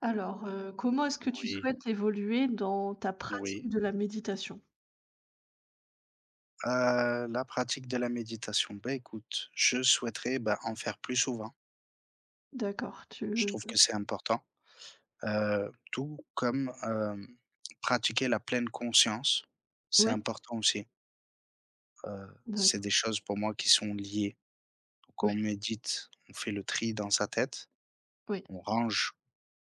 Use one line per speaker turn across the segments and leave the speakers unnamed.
Alors, comment est-ce que tu
Oui,
souhaites évoluer dans ta pratique
oui.
de la méditation?
La pratique de la méditation, bah écoute, je souhaiterais bah, en faire plus souvent.
D'accord,
Je
tu
trouve que c'est important. Tout comme pratiquer la pleine conscience, c'est
oui.
important aussi. Euh, c'est
D'accord.
des choses pour moi qui sont liées. Donc on
Oui,
médite, on fait le tri dans sa tête,
oui,
on range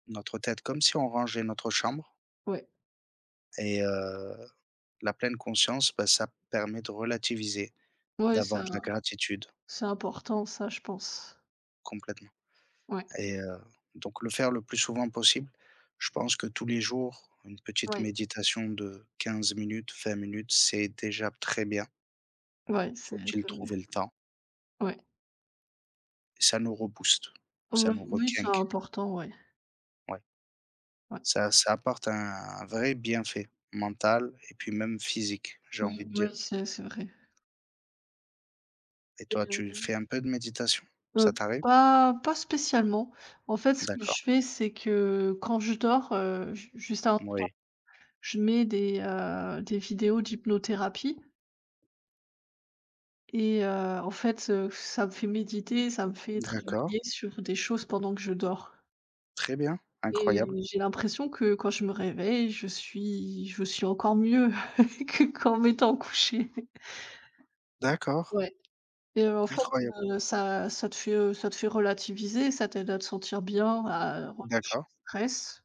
notre tête comme si on rangeait notre chambre.
oui.
Et la pleine conscience, bah, ça permet de relativiser,
Ouais,
d'avoir de la gratitude
c'est important ça, je pense.
complètement.
Ouais,
Et donc le faire le plus souvent possible. Je pense que tous les jours, une petite
ouais,
méditation de 15 minutes, 20 minutes, c'est déjà très bien.
ouais, c'est
Faut-il
c'est vrai.
trouver le temps
Ouais.
et ça nous rebooste, ça
Oui,
nous
oui, c'est
requinque,
important, ouais,
ouais.
ouais.
Ça apporte un vrai bienfait mental et puis même physique, j'ai
Oui,
envie de
oui,
dire.
c'est vrai.
Et toi,
Heu,
tu fais un peu de méditation? Ça t'arrive?
pas spécialement. En fait, ce que
D'accord,
je fais, c'est que quand je dors, ju juste avant,
oui.
je mets des vidéos d'hypnothérapie. Et heu, En fait, ça me fait méditer, ça me fait
D'accord,
travailler sur des choses pendant que je dors,
très bien,
et
incroyable.
j'ai l'impression que quand je me réveille, je suis encore mieux que qu'en m'étant couchée.
D'accord,
Ouais. En fait,
incroyable.
ça te fait relativiser, ça t'aide à te sentir bien, à relâcher
D'accord,
le stress.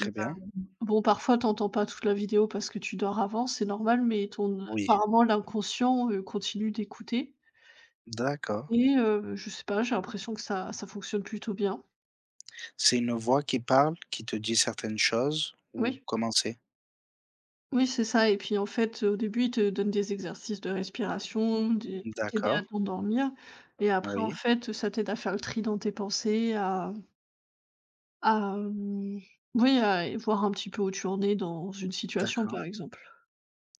Heu,
bien.
bon, parfois, t'entends pas toute la vidéo parce que tu dors avant, c'est normal, mais ton
Oui,
apparemment, l'inconscient, continue d'écouter.
d'accord.
Je sais pas, j'ai l'impression que ça fonctionne plutôt bien.
C'est une voix qui parle, qui te dit certaines choses ou
Oui,
comment c'est?
oui, c'est ça, et puis, en fait, au début, ils te donnent des exercices de respiration, des pour t'aider à
D'accord,
t'endormir, et après, en
oui,
fait, ça t'aide à faire le tri dans tes pensées, à, mmh, oui, à voir un petit peu où tu en es dans une situation,
d'accord,
par exemple.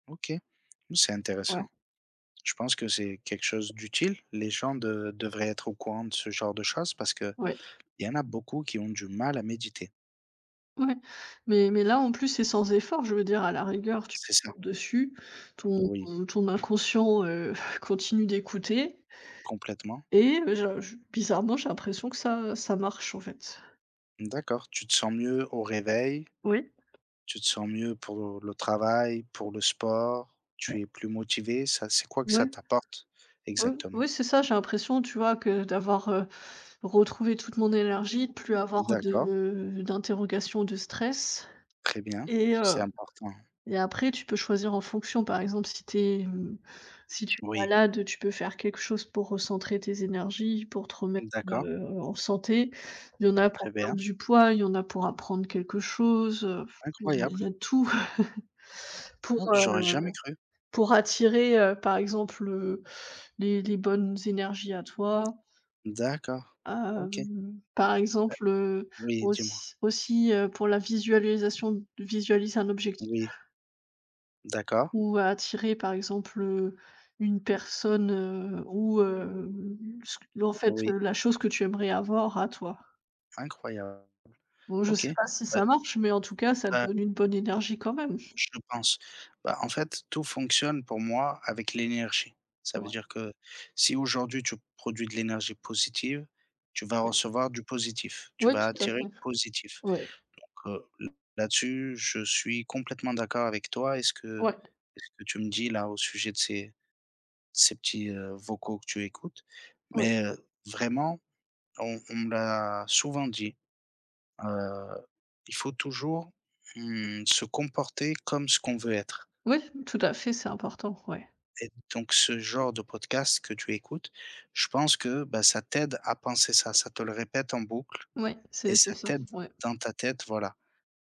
OK. Mmh, c'est
Ouais,
intéressant. Je pense que c'est quelque chose d'utile. Les gens de devraient être au courant de ce genre de choses parce qu'il
ouais,
y en a beaucoup qui ont du mal à méditer.
ouais, mais là, en plus, c'est sans effort. Je veux dire, à la rigueur, tu
C'est ça?
portes dessus, ton
Oui,
ton inconscient, continue d'écouter.
complètement.
Je Bizarrement, j'ai l'impression que ça marche, en fait.
D'accord. Tu te sens mieux au réveil,
Oui,
tu te sens mieux pour le travail, pour le sport, tu es plus motivé, ça c'est quoi que ça
ouais.
t'apporte
Oui,
exactement?
oui, c'est ça, j'ai l'impression, tu vois, que d'avoir, retrouvé toute mon énergie, de plus avoir
D'accord,
de d'interrogation, de stress.
très bien,
et heu
c'est important.
Après tu peux choisir en fonction. Par exemple, si tu es
Oui.
malade, tu peux faire quelque chose pour recentrer tes énergies, pour te remettre,
D'accord,
en santé. Il y en a pour
très bien,
perdre du poids, il y en a pour apprendre quelque chose, il y a il
incroyable.
y a tout pour,
Oh, j'aurais jamais
heu
cru.
Pour attirer, par exemple, les bonnes énergies à toi,
D'accord, OK.
par exemple,
Oui, dis-moi.
pour la visualisation, visualiser un objectif,
Oui, d'accord,
ou attirer par exemple, une personne, ou ce en fait,
oui,
la chose que tu aimerais avoir à toi.
incroyable.
Bon, je sais
OK,
pas si
bah,
ça marche, mais en tout cas, ça te
bah,
donne une bonne énergie quand même.
je pense. Bah, en fait, tout fonctionne pour moi avec l'énergie. Ça veut
Ouais.
dire que si aujourd'hui tu produis de l'énergie positive, tu vas recevoir du positif, tu
Ouais,
vas
tout à fait.
attirer le positif.
Ouais,
Donc, l Là-dessus, je suis complètement d'accord avec toi
ouais,
est ce que tu me dis là au sujet de ces ces petits, vocaux que tu écoutes.
ouais.
Mais, vraiment, on me l'a souvent dit, heu, il faut toujours, mmh, se comporter comme ce qu'on veut être.
Oui, tout à fait, c'est important, ouais.
Et donc ce genre de podcast que tu écoutes, je pense que, bah, ça t'aide à penser ça. Ça te le répète en boucle
Ouais,
et
c'est
ça
ça.
t'aide
Ouais,
dans ta tête, voilà.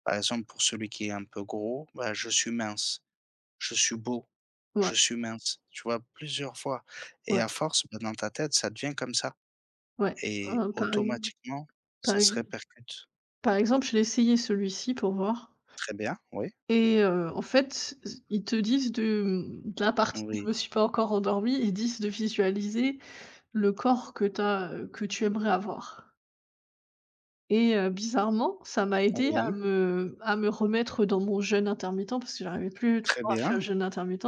Par exemple, pour celui qui est un peu gros, bah, je suis mince, je suis beau, je
ouais,
suis mince, tu vois? Plusieurs fois et
ouais,
à force, bah, dans ta tête, ça devient comme ça.
ouais.
Et
Heu, par ex
automatiquement,
par
ça se
ex
répercute.
Par exemple, je l'ai essayé celui-ci pour voir,
Très bien, oui,
et en fait, ils te disent de la partie où je
oui,
me suis pas encore endormie, ils disent de visualiser le corps que t'as, que tu aimerais avoir. Bizarrement, ça m'a aidé à
oui,
me à me remettre dans mon jeûne intermittent parce que j'arrivais plus
très
trop à faire
bien,
le jeûne intermittent,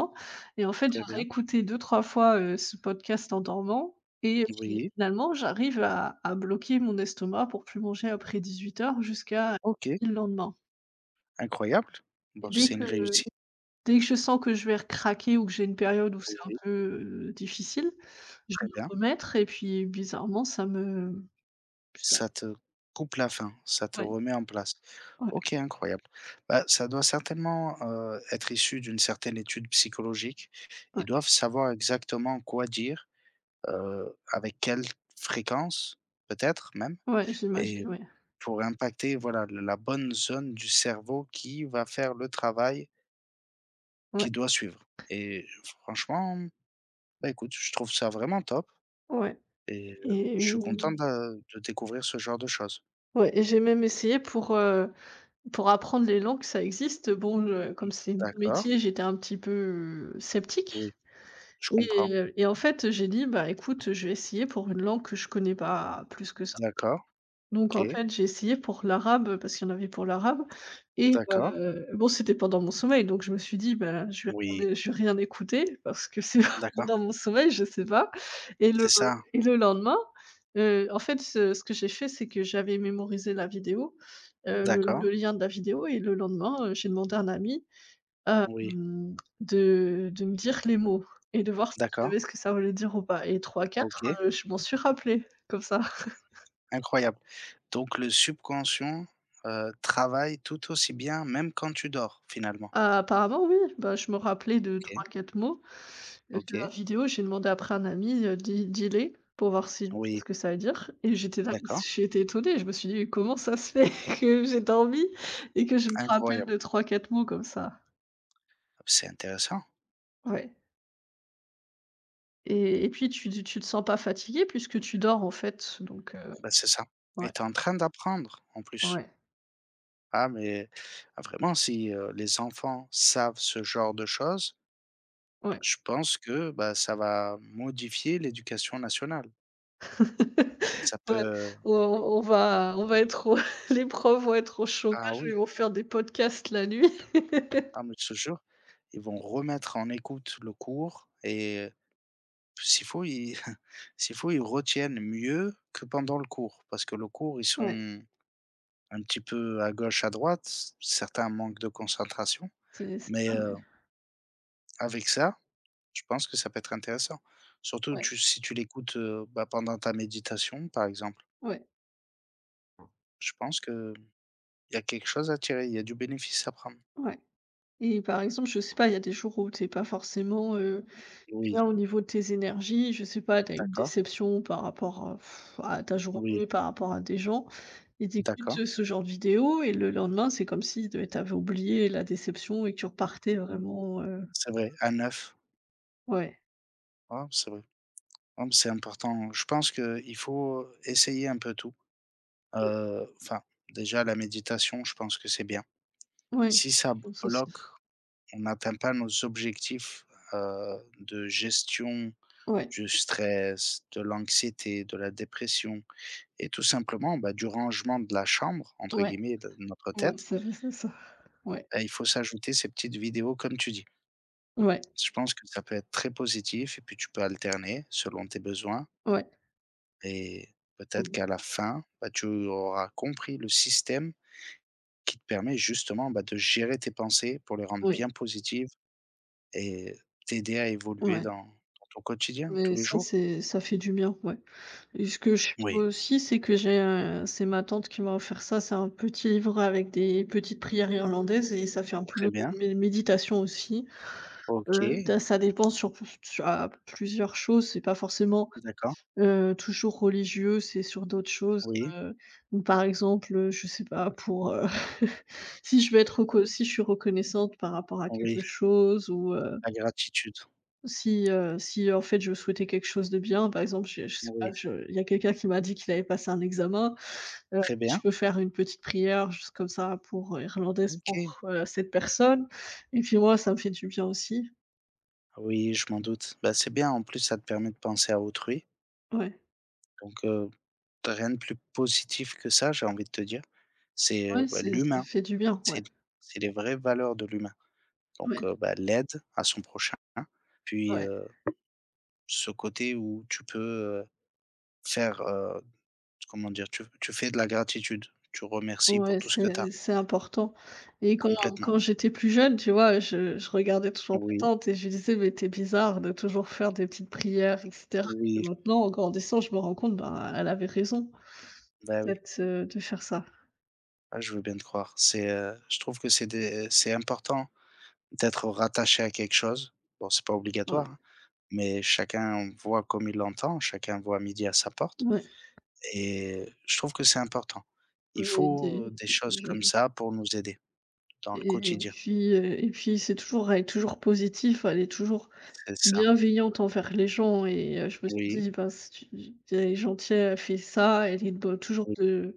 et en fait, j'ai
très bien,
réécouté deux trois fois, ce podcast en dormant, et
oui,
finalement, j'arrive à bloquer mon estomac pour plus manger après 18 h jusqu'à
OK,
le lendemain,
incroyable.
et
Bon,
dès
c'est une
que
réussite,
dès que je sens que je vais craquer, ou que j'ai une période où c'est un
oui,
peu, difficile, je vais
très
me
bien.
remettre et puis bizarrement ça me ça
Ça te coupe la faim, ça te
ouais,
remet en place.
ouais,
OK, incroyable. Bah, ça doit certainement, être issu d'une certaine étude psychologique.
ouais,
Ils doivent savoir exactement quoi dire, avec quelle fréquence, peut-être même
ouais, j'imagine,
et
ouais,
pour impacter, voilà, le la bonne zone du cerveau qui va faire le travail
ouais,
qui doit suivre et franchement, bah, écoute, je trouve ça vraiment top
ouais.
et
Et
je suis content
mmh,
de découvrir ce genre de choses.
ouais, et j'ai même essayé pour, pour apprendre les langues, ça existe. Bon, comme
Mmh,
c'est mon
d'accord,
métier, j'étais un petit peu, sceptique.
oui, je comprends.
En fait, j'ai dit: «Bah, écoute, je vais essayer pour une langue que je connais pas plus que ça».
D'accord,
Donc en
OK,
fait, j'ai essayé pour l'arabe, parce qu'il y en avait pour l'arabe, et
d'accord,
bon, c'était pendant mon sommeil, donc je me suis dit: «Ben je vais
oui,
rien écouter parce que c'est
d'accord,
pendant mon sommeil, je sais pas». Et le
c'est ça,
lendemain, en fait, ce que j'ai fait, c'est que j'avais mémorisé la vidéo, le
d'accord,
le lien de la vidéo, et le lendemain, j'ai demandé à un ami, hem,
oui,
de me dire les mots et de voir si je
d'accord,
savais ce que ça voulait dire ou pas, et trois quatre,
OK,
je m'en suis rappelé comme ça.
incroyable. Donc le subconscient, travaille tout aussi bien même quand tu dors finalement?
Ah, apparemment oui, bah, je me rappelais de trois
OK,
quatre mots, de la
OK,
vidéo. J'ai demandé après à un ami, «Dis-les» pour voir si je sais
oui,
ce que ça veut dire, et j'étais là,
d'accord.
j'ai été étonnée. Je me suis dit: «Comment ça se fait que j'ai dormi et que je me rappelle
Incroyable,
de trois quatre mots comme ça?»
c'est intéressant.
Ouais, et puis tu te sens pas fatigué puisque tu dors, en fait, donc
Bah, c'est ça et
ouais,
tu es en train d'apprendre en plus.
ouais,
Ah mais ah vraiment si, les enfants savent ce genre de choses,
ouais.
je pense que, bah, ça va modifier l'éducation nationale. Ça
Ouais,
peut,
on va être au les profs vont être au
ah
chômage et
oui,
vont faire des podcasts la nuit.
ah mais je te jure, ils vont remettre en écoute le cours et s'il faut ils s'il faut ils retiennent mieux que pendant le cours. Parce que le cours, ils
Ouais.
sont un petit peu à gauche, à droite, certains manquent de concentration
C'est
mais
ça, ouais.
avec ça, je pense que ça peut être intéressant. Surtout
Ouais,
tu si tu l'écoutes, bah, pendant ta méditation, par exemple,
ouais,
je pense qu'il y a quelque chose à tirer, il y a du bénéfice à prendre.
ouais, et par exemple, je sais pas, il y a des jours où t'es pas forcément,
Oui,
bien au niveau de tes énergies, je sais pas, t'as une
d'accord,
déception par rapport à ta
oui,
journée, par rapport à des gens, et
d'accord,
t'écoutes ce genre de vidéo et le lendemain, c'est comme si de tu oublié la déception et que tu repartais vraiment.
c'est vrai, à 9,
Ouais,
oh, c'est vrai. Oh, mais c'est important. Je pense qu'il faut essayer un peu tout.
oui,
Enfin, déjà la méditation, je pense que c'est bien.
ouais,
Si ça
je pense aussi.
bloque, on n'atteint pas nos objectifs, de gestion
Ouais,
du stress, de l'anxiété, de la dépression et tout simplement, bah, du rangement de la chambre, entre
ouais,
guillemets, de notre
ouais,
tête,
ça ça ça. Ouais,
bah, il faut s'ajouter ces petites vidéos comme tu dis.
ouais,
Je pense que ça peut être très positif et puis tu peux alterner selon tes besoins
ouais,
et peut-être
mmh,
qu'à la fin, bah, tu auras compris le système qui te permet justement, bah, de gérer tes pensées pour les rendre
ouais,
bien positives et t'aider à évoluer
ouais,
dans ton quotidien, tous
mais
les
ça,
jours.
c'est ça fait du bien, ouais. Et ce que je fais
Oui,
aussi, c'est que c'est ma tante qui m'a offert ça, c'est un petit livre avec des petites prières irlandaises, et ça fait un peu
très bien.
mé méditation aussi.
OK,
Ça dépend sur p tu plusieurs choses, c'est pas forcément,
d'accord.
toujours religieux, c'est sur d'autres choses,
Oui,
heu, ou par exemple, je sais pas pour, si je veux être reco si je suis reconnaissante par rapport à quelque
oui.
chose, ou
La gratitude,
si en fait je souhaitais quelque chose de bien, par exemple, je sais pas,
oui,
je il y a quelqu'un qui m'a dit qu'il avait passé un examen,
très
je
bien,
peux faire une petite prière juste comme ça pour, irlandaise
OK.
pour, cette personne, et puis moi ça me fait du bien aussi.
Ah oui, je m'en doute. Bah, c'est bien, en plus, ça te permet de penser à autrui,
Ouais,
donc tu rien de plus positif que ça, j'ai envie de te dire. C'est,
ouais,
bah,
c'est ça me
l'humain,
fait du bien, ouais,
c'est c'est les vraies valeurs de l'humain, donc
ouais,
bah, l'aide à son prochain, puis,
ouais,
ce côté où tu peux, faire, comment dire? Tu fais de la gratitude, tu remercies pour
ouais,
tout ce que tu as,
c'est important. Et quand
complètement.
quand j'étais plus jeune, tu vois, je regardais toujours ma
Oui,
tante et je lui disais: «Mais tu bizarre de toujours faire des petites prières et cetera», et
oui,
maintenant en grandissant, je me rends compte, ben, elle avait raison.
bah, oui,
Peut-être, de faire ça.
ah, je veux bien te croire. C'est, je trouve que c'est des c'est important d'être rattaché à quelque chose. Bon, c'est pas
Ouais,
obligatoire, hein, mais chacun voit comme il l'entend, chacun voit midi à sa porte
ouais,
et je trouve que c'est important. Il
ouais,
faut,
des
des choses
des
comme
jeunes,
ça pour nous aider dans le quotidien.
et puis c'est toujours elle est toujours positive, elle est toujours
C'est ça.
bienveillante envers les gens, et je me suis
Oui,
dit: «Bah si tu- elle est gentille, elle fait ça, elle est
oui,
de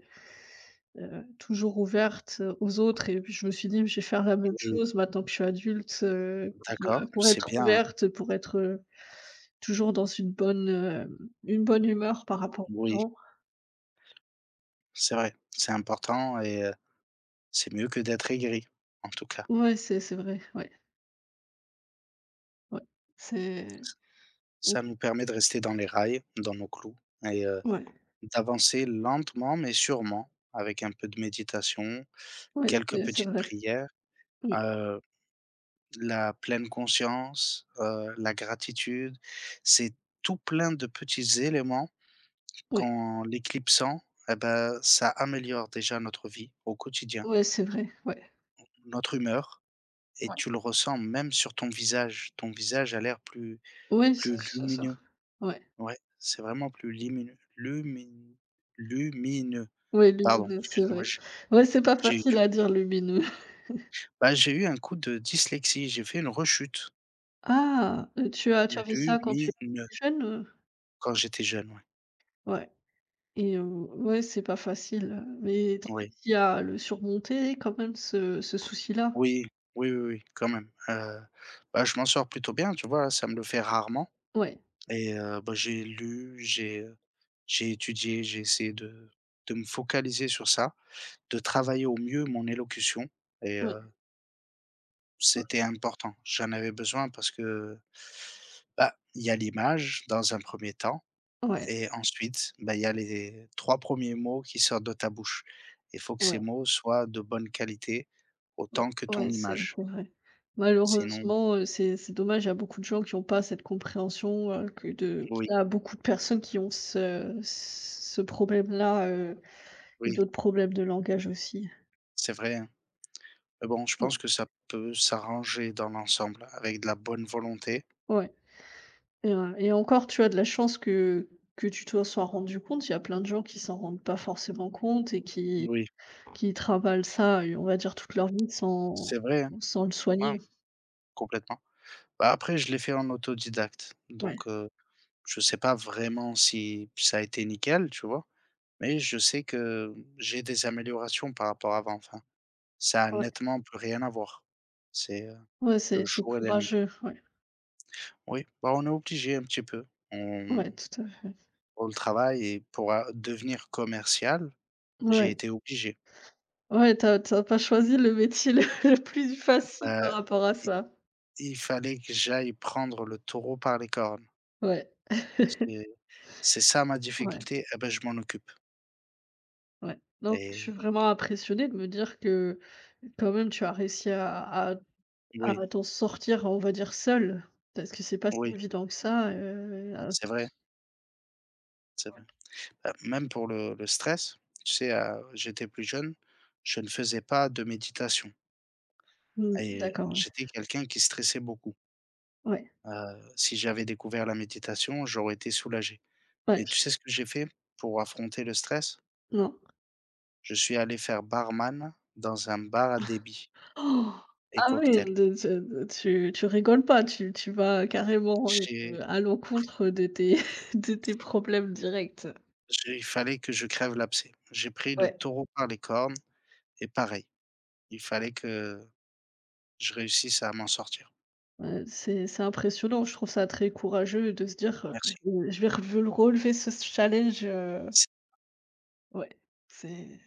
toujours ouverte aux autres», et puis je me suis dit: «Je vais faire la même
oui,
chose maintenant que je suis adulte, pour,
d'accord,
heu, pour
c'est
être
bien.
ouverte, pour être, toujours dans une bonne humeur par rapport aux
Oui,
gens».
c'est vrai, c'est important et c'est mieux que d'être aigri, en tout cas.
Ouais, c'est vrai, ouais, ouais. C'est Mmh.
Ça nous permet de rester dans les rails, dans nos clous et
Ouais,
d'avancer lentement mais sûrement avec un peu de méditation.
ouais,
Quelques
c'est
petites
vrai.
prières,
Ouais,
heu, la pleine conscience, la gratitude. C'est tout plein de petits éléments
ouais,
qu'en l'éclipsant eh ben, ça améliore déjà notre vie au quotidien,
ouais, c'est vrai, ouais.
notre humeur et
Ouais,
tu le ressens même sur ton visage. Ton visage a l'air plus
ouais, c'est
plus
c'est ça.
lumineux.
Ouais,
Ouais, c'est vraiment plus lumineux. Lumineux.
ouais,
Pardon,
lumineux, c'est
excuse-moi,
vrai.
je
Ouais, c'est pas
j'ai eu
facile
du
à dire lumineux.
bah, j'ai eu un coup de dyslexie, j'ai fait une rechute.
Ah, tu as vu ça quand tu
Lumineux.
étais jeune,
Quand j'étais jeune, ouais.
Ouais. Ouais, c'est pas facile, mais
Oui.
tu as réussi à le surmonter quand même, ce souci-là?
Oui, oui, oui, oui, quand même. Bah, je m'en sors plutôt bien, tu vois? Ça me le fait rarement
Ouais,
et bah, j'ai lu, j'ai étudié, j'ai essayé de me focaliser sur ça, de travailler au mieux mon élocution et
ouais, ouais,
c'était important. J'en avais besoin parce que, bah, il y a l'image dans un premier temps
ouais,
et ensuite, bah, il y a les 3 premiers mots qui sortent de ta bouche. Il faut que ces
ouais.
mots soient de bonne qualité
Non,
autant que ton
ouais, c'est
image.
c'est vrai.
Sinon
Malheureusement, c'est dommage, il y a beaucoup de gens qui ont pas cette compréhension, que de
oui,
qu'il y a beaucoup de personnes qui ont ce problème-là, et
oui,
d'autres problèmes de langage aussi.
c'est vrai, hein. Mais bon, je pense
Ouais,
que ça peut s'arranger dans l'ensemble avec de la bonne volonté.
ouais. Encore, tu as de la chance que tu t'en sois rendu compte. Il y a plein de gens qui s'en rendent pas forcément compte et qui
Oui,
qui travaillent ça, on va dire toute leur vie, sans
c'est vrai, hein.
sans le
Ouais,
soigner.
complètement. Bah, après, je l'ai fait en autodidacte,
Ouais,
donc je sais pas vraiment si ça a été nickel, tu vois? Mais je sais que j'ai des améliorations par rapport à avant, enfin, ça a
ouais.
nettement plus rien à voir. C'est,
Ouais,
le
c'est
jour et la nuit.
courageux, ouais.
Oui, bah, on est obligé un petit peu. On
Ouais, tout à fait.
pour le travail et pour, devenir commercial, j'ai
Ouais.
été obligé.
Ouais, tu as pas choisi le métier le le plus facile par
Bah
rapport à
I
ça.
il fallait que j'aille prendre le taureau par les cornes.
Ouais,
C'est c'est ça ma
ouais,
difficulté, et ben je m'en occupe
ouais. Donc je suis
et
vraiment impressionnée de me dire que, quand même, tu as réussi à à
oui,
à t'en sortir, on va dire, seule, parce que c'est pas si
oui,
évident que ça, à
c'est vrai, c'est vrai. Même pour le stress, tu sais, j'étais plus jeune, je ne faisais pas de méditation
mmh,
et
d'accord, ouais.
j'étais quelqu'un qui stressait beaucoup.
Ouais,
Si j'avais découvert la méditation, j'aurais été soulagé.
ouais,
Mais
je
tu sais ce que j'ai fait pour affronter le stress?
non.
Je suis allé faire barman dans un bar à débit
Oh.
et
Ah oui,
cocktail.
tu rigoles pas, tu vas carrément,
J'ai
à l'encontre de tes de tes problèmes directs.
J'ai il fallait que je crève l'abcès. J'ai pris le
Ouais.
taureau par les cornes et pareil, il fallait que je réussisse à m'en sortir.
Ouais, c'est impressionnant, je trouve ça très courageux de se dire, mmh,
Merci.
Je vais re relever ce challenge», ouais, c'est